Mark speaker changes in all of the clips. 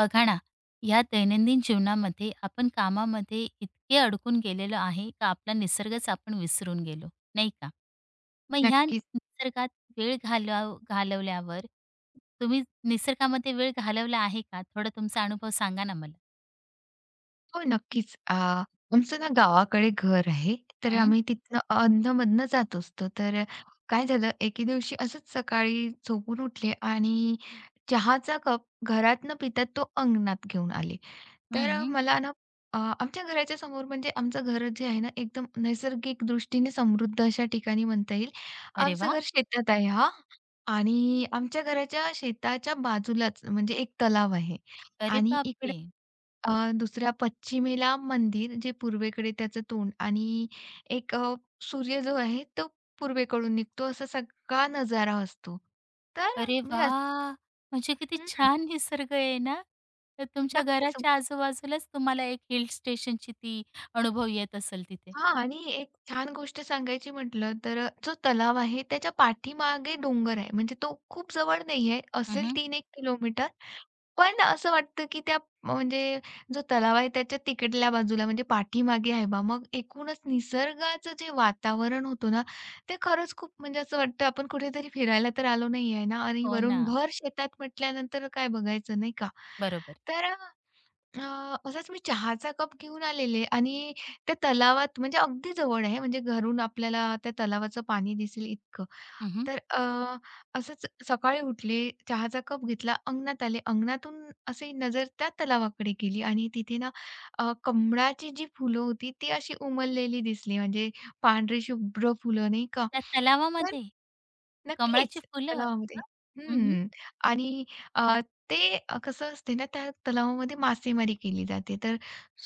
Speaker 1: बघा ना, या दैनंदिन जीवनामध्ये आपण कामामध्ये इतके अडकून गेलेलो आहे का आपला निसर्गच आपण विसरून गेलो, नाही का? मग ह्या
Speaker 2: नक्कीच.
Speaker 1: निसर्गात वेळ घालव घालवल्यावर तुम्ही निसर्गामध्ये वेळ घालवला आहे का? थोडा तुमचा अनुभव सांगा ना मला?
Speaker 2: हो, नक्कीच. आमचं ना गावाकडे घर आहे, तर
Speaker 1: हं,
Speaker 2: आम्ही तिथनं अधनं जात असतो. तर काय झालं, एके दिवशी असंच सकाळी झोपून उठले आणि चहाचा कप घरात न पिता तो अंगणात घेऊन आले. तर
Speaker 1: हं.
Speaker 2: मला ना आमच्या घराच्या समोर म्हणजे आमचं घर जे आहे ना, एकदम नैसर्गिक दृष्टीने समृद्ध अशा ठिकाणी म्हणता येईल.
Speaker 1: अरे
Speaker 2: आमचं
Speaker 1: वाह!
Speaker 2: घर शेतात आहे हां. आणि आमच्या घराच्या शेताच्या बाजूलाच म्हणजे एक तलाव आहे
Speaker 1: अरे
Speaker 2: आणि इकडे
Speaker 1: बापरे!
Speaker 2: दुसऱ्या पश्चिमेला मंदिर जे पूर्वेकडे त्याचं तोंड आणि एक सूर्य जो आहे तो पूर्वेकडून निघतो असा सगळा नजारा असतो. तर
Speaker 1: अरे
Speaker 2: मी असं
Speaker 1: वाह! म्हणजे किती
Speaker 2: हं,
Speaker 1: छान निसर्ग आहे ना? तर तुमच्या
Speaker 2: नक्कीच.
Speaker 1: घराच्या आजूबाजूलाच तुम्हाला एक हिल स्टेशनची ती अनुभव येत असेल तिथे.
Speaker 2: हां आणि एक छान गोष्ट सांगायची म्हटलं तर जो तलाव आहे त्याच्या पाठीमागे डोंगर आहे. म्हणजे तो खूप जवळ नाहीये, असेल
Speaker 1: हं,
Speaker 2: 3 एक किलोमीटर. पण असं वाटतं, की त्या म्हणजे जो तलाव आहे त्याच्या तिकडल्या बाजूला म्हणजे पाठीमागे आहे बा. मग एकूणच निसर्गाचं जे वातावरण होतं ना, ते खरंच खूप म्हणजे असं वाटतं आपण कुठेतरी फिरायला तर आलो नाही आहे ना आणि
Speaker 1: हो ना.
Speaker 2: वरून घर शेतात म्हटल्यानंतर काय बघायचं नाही का?
Speaker 1: बरोबर.
Speaker 2: तर अ, असाच मी चहाचा कप घेऊन आलेले आणि त्या तलावात म्हणजे अगदी जवळ आहे म्हणजे घरून आपल्याला त्या तलावाचं पाणी दिसेल इतकं.
Speaker 1: हं, हं.
Speaker 2: तर असंच सकाळी उठले, चहाचा कप घेतला, अंगणात आले. अंगणातून असे नजर त्या तलावाकडे गेली आणि तिथे ना कमळाची जी फुलं होती ती अशी उमललेली दिसली म्हणजे पांढरी शुभ्र फुलं नाही का?
Speaker 1: त्या तलावामध्ये कमळाची
Speaker 2: नक्कीच,
Speaker 1: फुलं
Speaker 2: तलावामध्ये.
Speaker 1: का? हं, हं.
Speaker 2: हं. आणि अ, ते कसं असते ना, त्या तलावामध्ये मासेमारी केली जाते. तर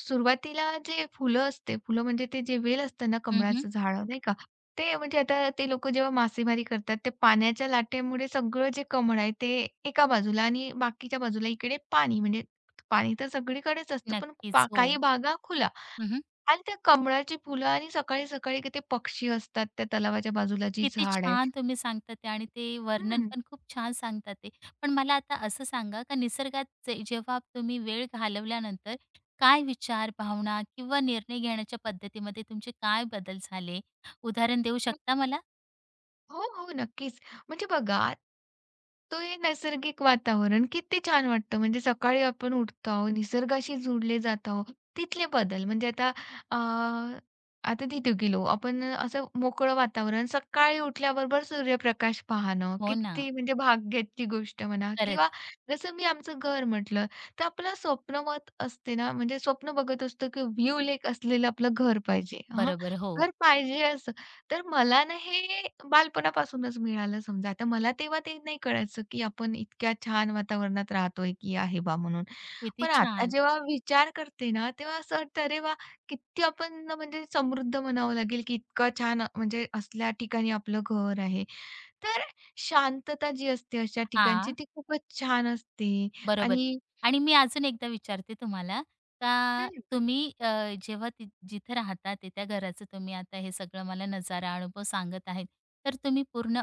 Speaker 2: सुरुवातीला जे फुलं असते, फुलं म्हणजे ते जे वेल असतं ना कमळाचं झाड, नाही का? ते म्हणजे आता ते लोकं जेव्हा मासेमारी करतात, ते पाण्याच्या लाटेमुळे सगळं जे कमळ आहे ते एका बाजूला आणि बाकीच्या बाजूला इकडे पाणी, म्हणजे पाणी तर सगळीकडेच असतं, पण पा
Speaker 1: नक्कीच. हो.
Speaker 2: काही भागा खुला.
Speaker 1: हं,
Speaker 2: आणि त्या कमळाची फुलं आणि सकाळी-सकाळी ते पक्षी असतात त्या तलावाच्या बाजूला जी
Speaker 1: किती
Speaker 2: झाड आहे.
Speaker 1: छान तुम्ही सांगता ते आणि ते वर्णन
Speaker 2: हं.
Speaker 1: पण खूप छान सांगता ते. पण मला आता असं सांगा का निसर्गात जे जेव्हा तुम्ही वेळ घालवल्यानंतर काय विचार, भावना किंवा निर्णय घेण्याच्या पद्धतीमध्ये तुमचे काय बदल झाले? उदाहरण देऊ शकता मला?
Speaker 2: हो, हो. नक्कीच. म्हणजे बघा, ते नैसर्गिक वातावरण किती छान वाटतं. म्हणजे सकाळी आपण उठतो आहोत, निसर्गाशी जोडले जात आहोत. तिथले बदल म्हणजे आता अ, आता तिथे गेलो आपण असं मोकळं वातावरण, सकाळी उठल्याबरोबर सूर्यप्रकाश पाहणं,
Speaker 1: हो ना.
Speaker 2: किती म्हणजे भाग्याची गोष्ट म्हणा
Speaker 1: खरंच.
Speaker 2: किंवा जसं मी आमचं घर म्हटलं, तर आपलं स्वप्नवत असते ना, म्हणजे स्वप्न बघत असतो की व्ह्यू लेक असलेलं आपलं घर पाहिजे. हां,
Speaker 1: बरोबर. हो.
Speaker 2: घर पाहिजे असं. तर मला ना हे बालपणापासूनच मिळालं समजा. आता मला तेव्हा ते नाही कळायचं, की आपण इतक्या छान वातावरणात राहतोय, की आहे बा म्हणून.
Speaker 1: किती
Speaker 2: पण आता
Speaker 1: छान.
Speaker 2: जेव्हा विचार करते ना, तेव्हा असं वाटतं, अरे वाह! किती आपण ना म्हणजे समृद्ध म्हणावं लागेल, की इतकं छान म्हणजे असल्या ठिकाणी आपलं घर आहे. तर शांतता जी असते अशा ठिकाणची,
Speaker 1: हां.
Speaker 2: ती खूपच छान असते
Speaker 1: बरोबर.
Speaker 2: आणि
Speaker 1: आणि मी अजून एकदा विचारते तुम्हाला का
Speaker 2: हं.
Speaker 1: तुम्ही जेव्हा जिथे राहता ते त्या घराचं तुम्ही आता हे सगळं मला नजारा, अनुभव सांगत आहेत. तर तुम्ही पूर्ण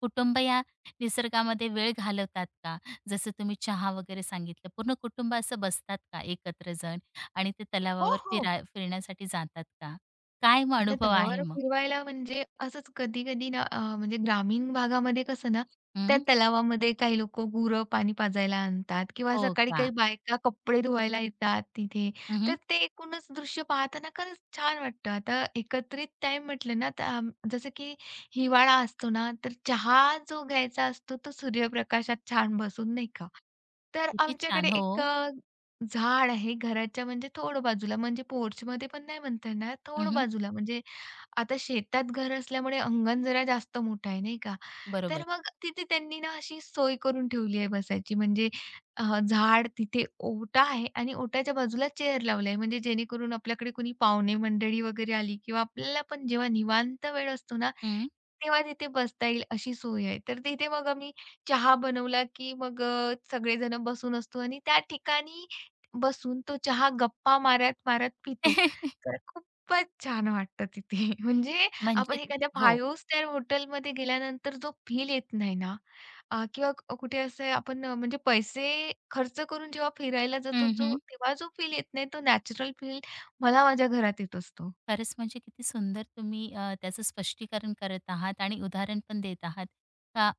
Speaker 1: कुटुंब या निसर्गामध्ये वेळ घालवतात का? जसं तुम्ही चहा वगैरे सांगितलं. पूर्ण कुटुंब असं बसतात का एकत्र जण आणि ते
Speaker 2: हो,
Speaker 1: तलावावर
Speaker 2: हो.
Speaker 1: फिरण्यासाठी जातात का? काय मग
Speaker 2: आता
Speaker 1: अनुभव आहे
Speaker 2: तलावावर
Speaker 1: मग?
Speaker 2: फिरवायला म्हणजे असंच कधी-कधी ना म्हणजे ग्रामीण भागामध्ये कसं ना, त्या
Speaker 1: हं.
Speaker 2: तलावामध्ये काही लोकं गुरं पाणी पाजायला आणतात किंवा
Speaker 1: हो
Speaker 2: सकाळी काही
Speaker 1: का?
Speaker 2: बायका कपडे धुवायला येतात तिथे.
Speaker 1: हं,
Speaker 2: तर ते एकूणच दृश्य पाहताना खरंच छान वाटतं. आता एकत्रित टाईम म्हटलं ना, तर आम जसं की हिवाळा असतो ना, तर चहा जो घ्यायचा असतो तो सूर्यप्रकाशात छान बसून, नाही का? तर
Speaker 1: किती छान.
Speaker 2: आमच्याकडे
Speaker 1: हो.
Speaker 2: एक झाड आहे घराच्या म्हणजे थोडं बाजूला, म्हणजे पोर्चमध्ये पण नाही म्हणता येणार, थोडं
Speaker 1: हं,
Speaker 2: बाजूला म्हणजे आता शेतात घर असल्यामुळे अंगण जरा जास्त मोठं आहे, नाही का? तर
Speaker 1: बरोबर.
Speaker 2: मग तिथे त्यांनी ना अशी सोय करून ठेवली आहे बसायची. म्हणजे झाड तिथे ओटा आहे आणि ओट्याच्या बाजूला चेअर लावली आहे. म्हणजे जेणेकरून आपल्याकडे कोणी पाहुणे मंडळी वगैरे आली किंवा आपल्याला पण जेव्हा निवांत वेळ असतो ना,
Speaker 1: हं.
Speaker 2: तेव्हा तिथे बसता येईल अशी सोय आहे. तर तिथे मग आम्ही चहा बनवला, की मग सगळेजण बसून असतो आणि त्या ठिकाणी बसून तो चहा गप्पा मारत-मारत पितो. तर खूपच छान वाटतं तिथे. म्हणजे
Speaker 1: म्हणजे
Speaker 2: आपण
Speaker 1: किती?
Speaker 2: एखाद्या
Speaker 1: हो.
Speaker 2: 5 स्टार हॉटेलमध्ये गेल्यानंतर जो फील येत नाही ना किंवा कुठे असं आपण म्हणजे पैसे खर्च करून जेव्हा फिरायला जातो, जो
Speaker 1: हं.
Speaker 2: तेव्हा जो फील येत नाही, तो नॅचरल फील मला माझ्या घरात येत असतो.
Speaker 1: खरंच म्हणजे किती सुंदर तुम्ही त्याचं स्पष्टीकरण करत आहात आणि उदाहरण पण देत आहात. का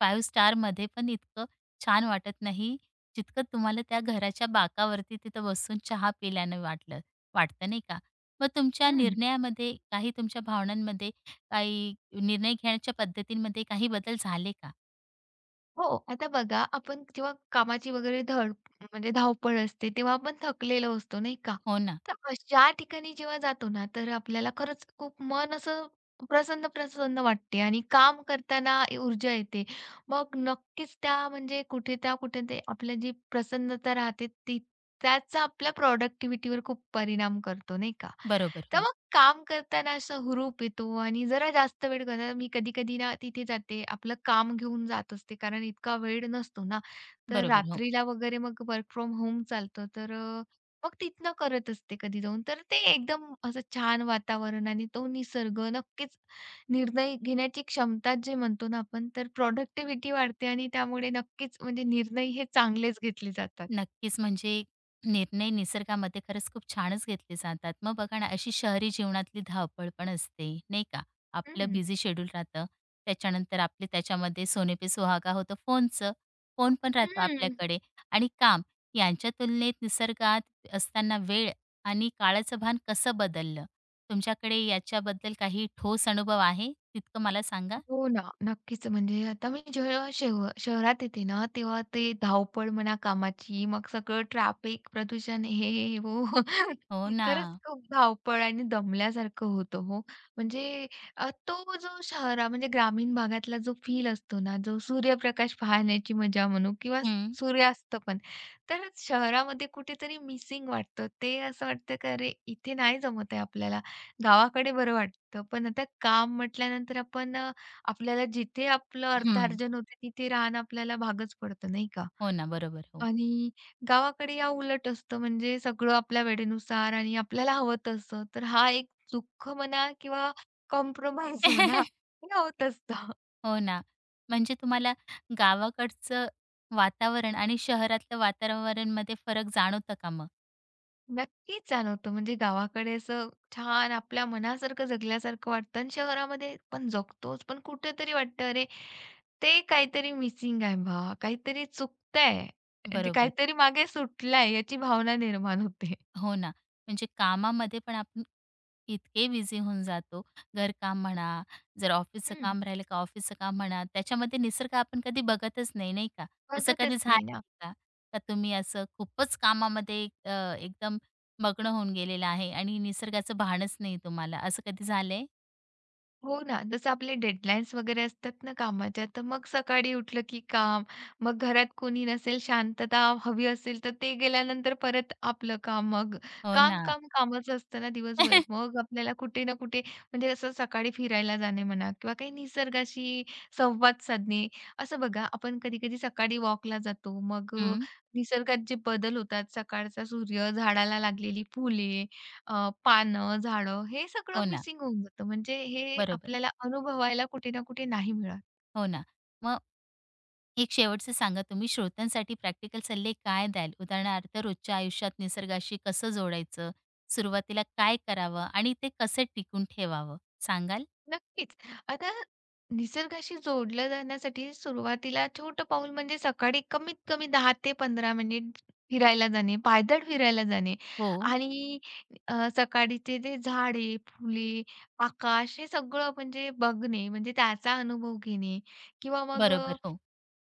Speaker 1: 5 स्टारमध्ये पण इतकं छान वाटत नाही, जितकं तुम्हाला त्या घराच्या बाकावरती तिथं बसून चहा पिल्यानं वाटतं नाही का? मग तुमच्या
Speaker 2: हं.
Speaker 1: निर्णयामध्ये काही तुमच्या भावनांमध्ये काही निर्णय घेण्याच्या पद्धतींमध्ये काही बदल झाले का?
Speaker 2: हो. आता बघा, आपण जेव्हा कामाची वगैरे म्हणजे धावपळ असते, तेव्हा आपण थकलेलो असतो, नाही का?
Speaker 1: हो ना.
Speaker 2: तर अशा ठिकाणी जेव्हा जातो ना, तर आपल्याला खरंच खूप मन असं प्रसन्न-प्रसन्न वाटते आणि काम करताना ऊर्जा येते. मग नक्कीच त्या म्हणजे कुठे त्या कुठे ते आपल्या जी प्रसन्नता राहते, ती त्याचा आपल्या प्रॉडक्टिव्हिटीवर खूप परिणाम करतो, नाही का?
Speaker 1: बरोबर.
Speaker 2: तर
Speaker 1: हो.
Speaker 2: मग काम करताना असा हुरूप येतो आणि जरा जास्त वेळ करताना मी कधी-कधी ना तिथे जाते, आपलं काम घेऊन जात असते कारण इतका वेळ नसतो ना. तर
Speaker 1: बरोबर. हो.
Speaker 2: रात्रीला वगैरे मग वर्क फ्रॉम होम चालतं तर मग तिथनं करत असते कधी जाऊन. तर ते एकदम असं छान वातावरण आणि तो निसर्ग नक्कीच निर्णय घेण्याची क्षमता जे म्हणतो ना आपण, तर प्रॉडक्टिव्हिटी वाढते आणि त्यामुळे नक्कीच म्हणजे निर्णय हे चांगलेच घेतले जातात.
Speaker 1: नक्कीच. म्हणजे निर्णय निसर्गामध्ये खरंच खूप छानच घेतले जातात. मग बघा ना, अशी शहरी जीवनातली धावपळ पण असते, नाही का? आपलं
Speaker 2: हं.
Speaker 1: बिझी शेड्यूल राहतं. त्याच्यानंतर आपले त्याच्यामध्ये सोने पे सुहागा होतं फोनचं. फोन पण राहतो
Speaker 2: हं.
Speaker 1: आपल्याकडे आणि काम यांच्या तुलनेत निसर्गात असताना वेळ आणि काळाचं भान कसं बदललं? तुमच्याकडे याच्याबद्दल काही ठोस अनुभव आहे? तितकं मला सांगा.
Speaker 2: हो ना, नक्कीच. म्हणजे आता मी जेव्हा शहरात येते ना, तेव्हा ते धावपळ म्हणा कामाची, मग सगळं ट्रॅफिक, प्रदूषण, हे, हे, हे, हो.
Speaker 1: हो ना.
Speaker 2: खरंच खूप धावपळ आणि दमल्यासारखं होतं हो. म्हणजे तो जो म्हणजे ग्रामीण भागातला जो फील असतो ना, जो सूर्यप्रकाश पाहण्याची मजा म्हणू किंवा
Speaker 1: हं,
Speaker 2: सूर्यास्त पण, तर शहरामध्ये कुठेतरी मिसिंग वाटतं. ते असं वाटतं की अरे, इथे नाही जमत आहे आपल्याला. गावाकडे बरं वाटतं. पण आता काम म्हटल्यानंतर आपण आपल्याला जिथे आपलं
Speaker 1: हं.
Speaker 2: अर्थार्जन होतं तिथे राहणं आपल्याला भागच पडतं नाही का?
Speaker 1: हो ना. बरोबर. हो.
Speaker 2: आणि गावाकडे या उलट असतं म्हणजे सगळं आपल्या वेळेनुसार आणि आपल्याला हवं तसं. तर हा एक दुःख म्हणा किंवा कॉम्प्रोमाईज म्हणा हे होत असतं.
Speaker 1: हो ना. म्हणजे तुम्हाला गावाकडचं वातावरण आणि शहरातलं वातावरणमध्ये फरक जाणवतं का मग?
Speaker 2: नक्कीच जाणवतं म्हणजे गावाकडे असं छान आपल्या मनासारखं जगल्यासारखं वाटतं आणि शहरामध्ये पण जगतोच पण कुठेतरी वाटतं अरे ते काहीतरी मिसिंग आहे बा, काहीतरी चुकतंय. म्हणजे
Speaker 1: बरोबर.
Speaker 2: काहीतरी मागे सुटलाय याची भावना निर्माण होते.
Speaker 1: हो ना. म्हणजे कामामध्ये पण आपण इतके बिझी होऊन जातो. घरकाम म्हणा, जर ऑफिसचं
Speaker 2: हं,
Speaker 1: काम राहिलं का ऑफिसचं काम म्हणा, त्याच्यामध्ये निसर्ग आपण कधी बघतच नाही, नाही का? असं कधी
Speaker 2: बघतच
Speaker 1: झालं
Speaker 2: नाही ना.
Speaker 1: का? का तुम्ही असं खूपच कामामध्ये एकदम मग्न होऊन गेलेलं आहे आणि निसर्गाचं भानच नाही तुम्हाला, असं कधी झालंय?
Speaker 2: हो ना, जसं आपले डेडलाईन्स वगैरे असतात ना कामाच्या, तर मग सकाळी उठलं की काम, मग घरात कोणी नसेल, शांतता हवी असेल, तर ते गेल्यानंतर परत आपलं काम. मग
Speaker 1: हो
Speaker 2: काम,
Speaker 1: ना.
Speaker 2: काम, कामच असतं ना दिवसभर. मग आपल्याला कुठे ना कुठे म्हणजे असं सकाळी फिरायला जाणे म्हणा किंवा काही निसर्गाशी संवाद साधणे. असं बघा, आपण कधी-कधी सकाळी वॉकला जातो, मग
Speaker 1: हं.
Speaker 2: निसर्गात जे बदल होतात, सकाळचा सूर्य, झाडाला लागलेली फुले पानं, झाडं हे
Speaker 1: हो
Speaker 2: सगळं
Speaker 1: ना.
Speaker 2: मिसिंग होऊन जातं. म्हणजे हे
Speaker 1: बरोबर.
Speaker 2: आपल्याला अनुभवायला कुठे ना कुठे नाही मिळत.
Speaker 1: हो ना. मग एक शेवटचं सांगा तुम्ही श्रोत्यांसाठी प्रॅक्टिकल सल्ले काय द्याल? उदाहरणार्थ रोजच्या आयुष्यात निसर्गाशी कसं जोडायचं? सुरुवातीला काय करावं आणि ते कसं टिकून ठेवावं? सांगाल?
Speaker 2: नक्कीच. आता निसर्गाशी जोडलं जाण्यासाठी सुरुवातीला छोटं पाऊल म्हणजे सकाळी कमीत कमी 10 ते 15 मिनिट फिरायला जाणे, पायदळ फिरायला जाणे
Speaker 1: हो.
Speaker 2: आणि सकाळीचे जे झाडे, फुले, आकाश हे सगळं म्हणजे बघणे म्हणजे त्याचा अनुभव घेणे किंवा मग
Speaker 1: बरोबर. हो.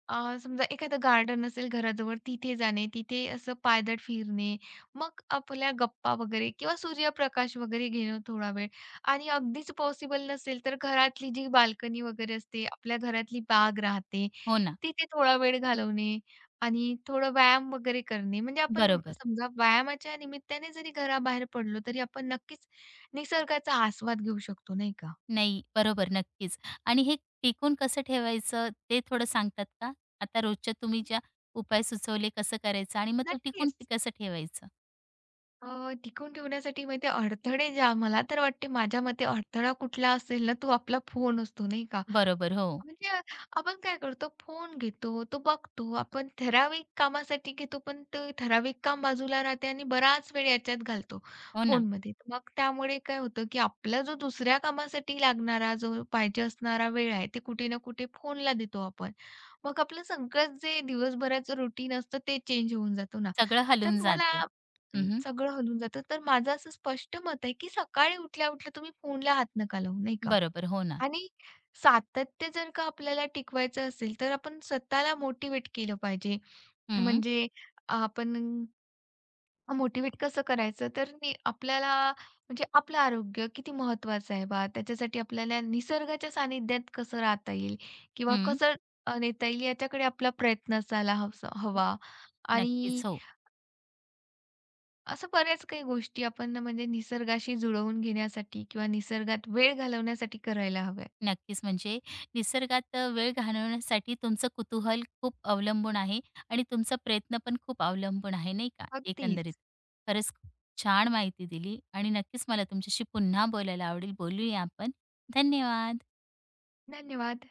Speaker 2: समजा एखादं गार्डन असेल घराजवळ तिथे जाणे, तिथे असं पायदळ फिरणे, मग आपल्या गप्पा वगैरे किंवा सूर्यप्रकाश वगैरे घेणं थोडा वेळ आणि अगदीच पॉसिबल नसेल तर घरातली जी बाल्कनी वगैरे असते, आपल्या घरातली बाग राहते,
Speaker 1: हो ना.
Speaker 2: तिथे थोडा वेळ घालवणे आणि थोडं व्यायाम वगैरे करणे. म्हणजे आपण
Speaker 1: बरोबर.
Speaker 2: समजा व्यायामाच्या निमित्ताने जरी घराबाहेर पडलो, तरी आपण नक्कीच निसर्गाचा आस्वाद घेऊ शकतो, नाही का?
Speaker 1: नाही, बरोबर नक्कीच. आणि हे टिकून कसं ठेवायचं ते थोडं सांगतात का? आता रोजच्या तुम्ही ज्या उपाय सुचवले कसं करायचं आणि मग ते
Speaker 2: नक्कीच.
Speaker 1: कसं ठेवायचं?
Speaker 2: टिकवून ठेवण्यासाठी माहिती आहे अडथळे ज्या मला तर वाटते माझ्या मते अडथळा कुठला असेल ना, तो आपला फोन असतो नाही का?
Speaker 1: बरोबर. हो.
Speaker 2: म्हणजे आपण काय करतो फोन घेतो, तो बघतो. आपण ठराविक कामासाठी घेतो, पण ते ठराविक काम बाजूला राहते आणि बराच वेळ याच्यात घालतो
Speaker 1: हो ना.
Speaker 2: फोनमध्ये. तर मग त्यामुळे काय होतं, की आपला जो दुसऱ्या कामासाठी लागणारा जो पाहिजे असणारा वेळ आहे, ते कुठे ना कुठे फोनला देतो आपण. मग आपलं सगळंच जे दिवसभराचं रुटीन असतं ते चेंज होऊन जातो ना.
Speaker 1: सगळं
Speaker 2: तर
Speaker 1: हलून
Speaker 2: मला
Speaker 1: जातं. हं,
Speaker 2: सगळं हलून जातं. तर माझं असं स्पष्ट मत आहे, की सकाळी उठल्या-उठल्या तुम्ही फोनला हात नका लावू, नाही का?
Speaker 1: बरोबर. हो ना.
Speaker 2: आणि सातत्य जर का आपल्याला टिकवायचं असेल, तर आपण स्वतःला मोटिवेट केलं पाहिजे.
Speaker 1: हं,
Speaker 2: म्हणजे आपण मोटिवेट कसं करायचं? तर आपल्याला म्हणजे आपलं आरोग्य किती महत्त्वाचं आहे बा, त्याच्यासाठी आपल्याला निसर्गाच्या सानिध्यात कसं राहता येईल किंवा
Speaker 1: हं.
Speaker 2: कसं नेता येईल याच्याकडे आपला प्रयत्न असायला हवा आणि
Speaker 1: नक्कीच, हो.
Speaker 2: असं बऱ्याच काही गोष्टी आपण ना म्हणजे निसर्गाशी जुळवून घेण्यासाठी किंवा निसर्गात वेळ घालवण्यासाठी करायला हव्या.
Speaker 1: नक्कीच. म्हणजे निसर्गात वेळ घालवण्यासाठी तुमचं कुतूहल खूप अवलंबून आहे आणि तुमचा प्रयत्न पण खूप अवलंबून आहे, नाही का, एकंदरीत.
Speaker 2: अगदीच.
Speaker 1: खरंच खूप छान माहिती दिली आणि नक्कीच मला तुमच्याशी पुन्हा बोलायला आवडेल. बोलूया आपण. धन्यवाद.
Speaker 2: धन्यवाद.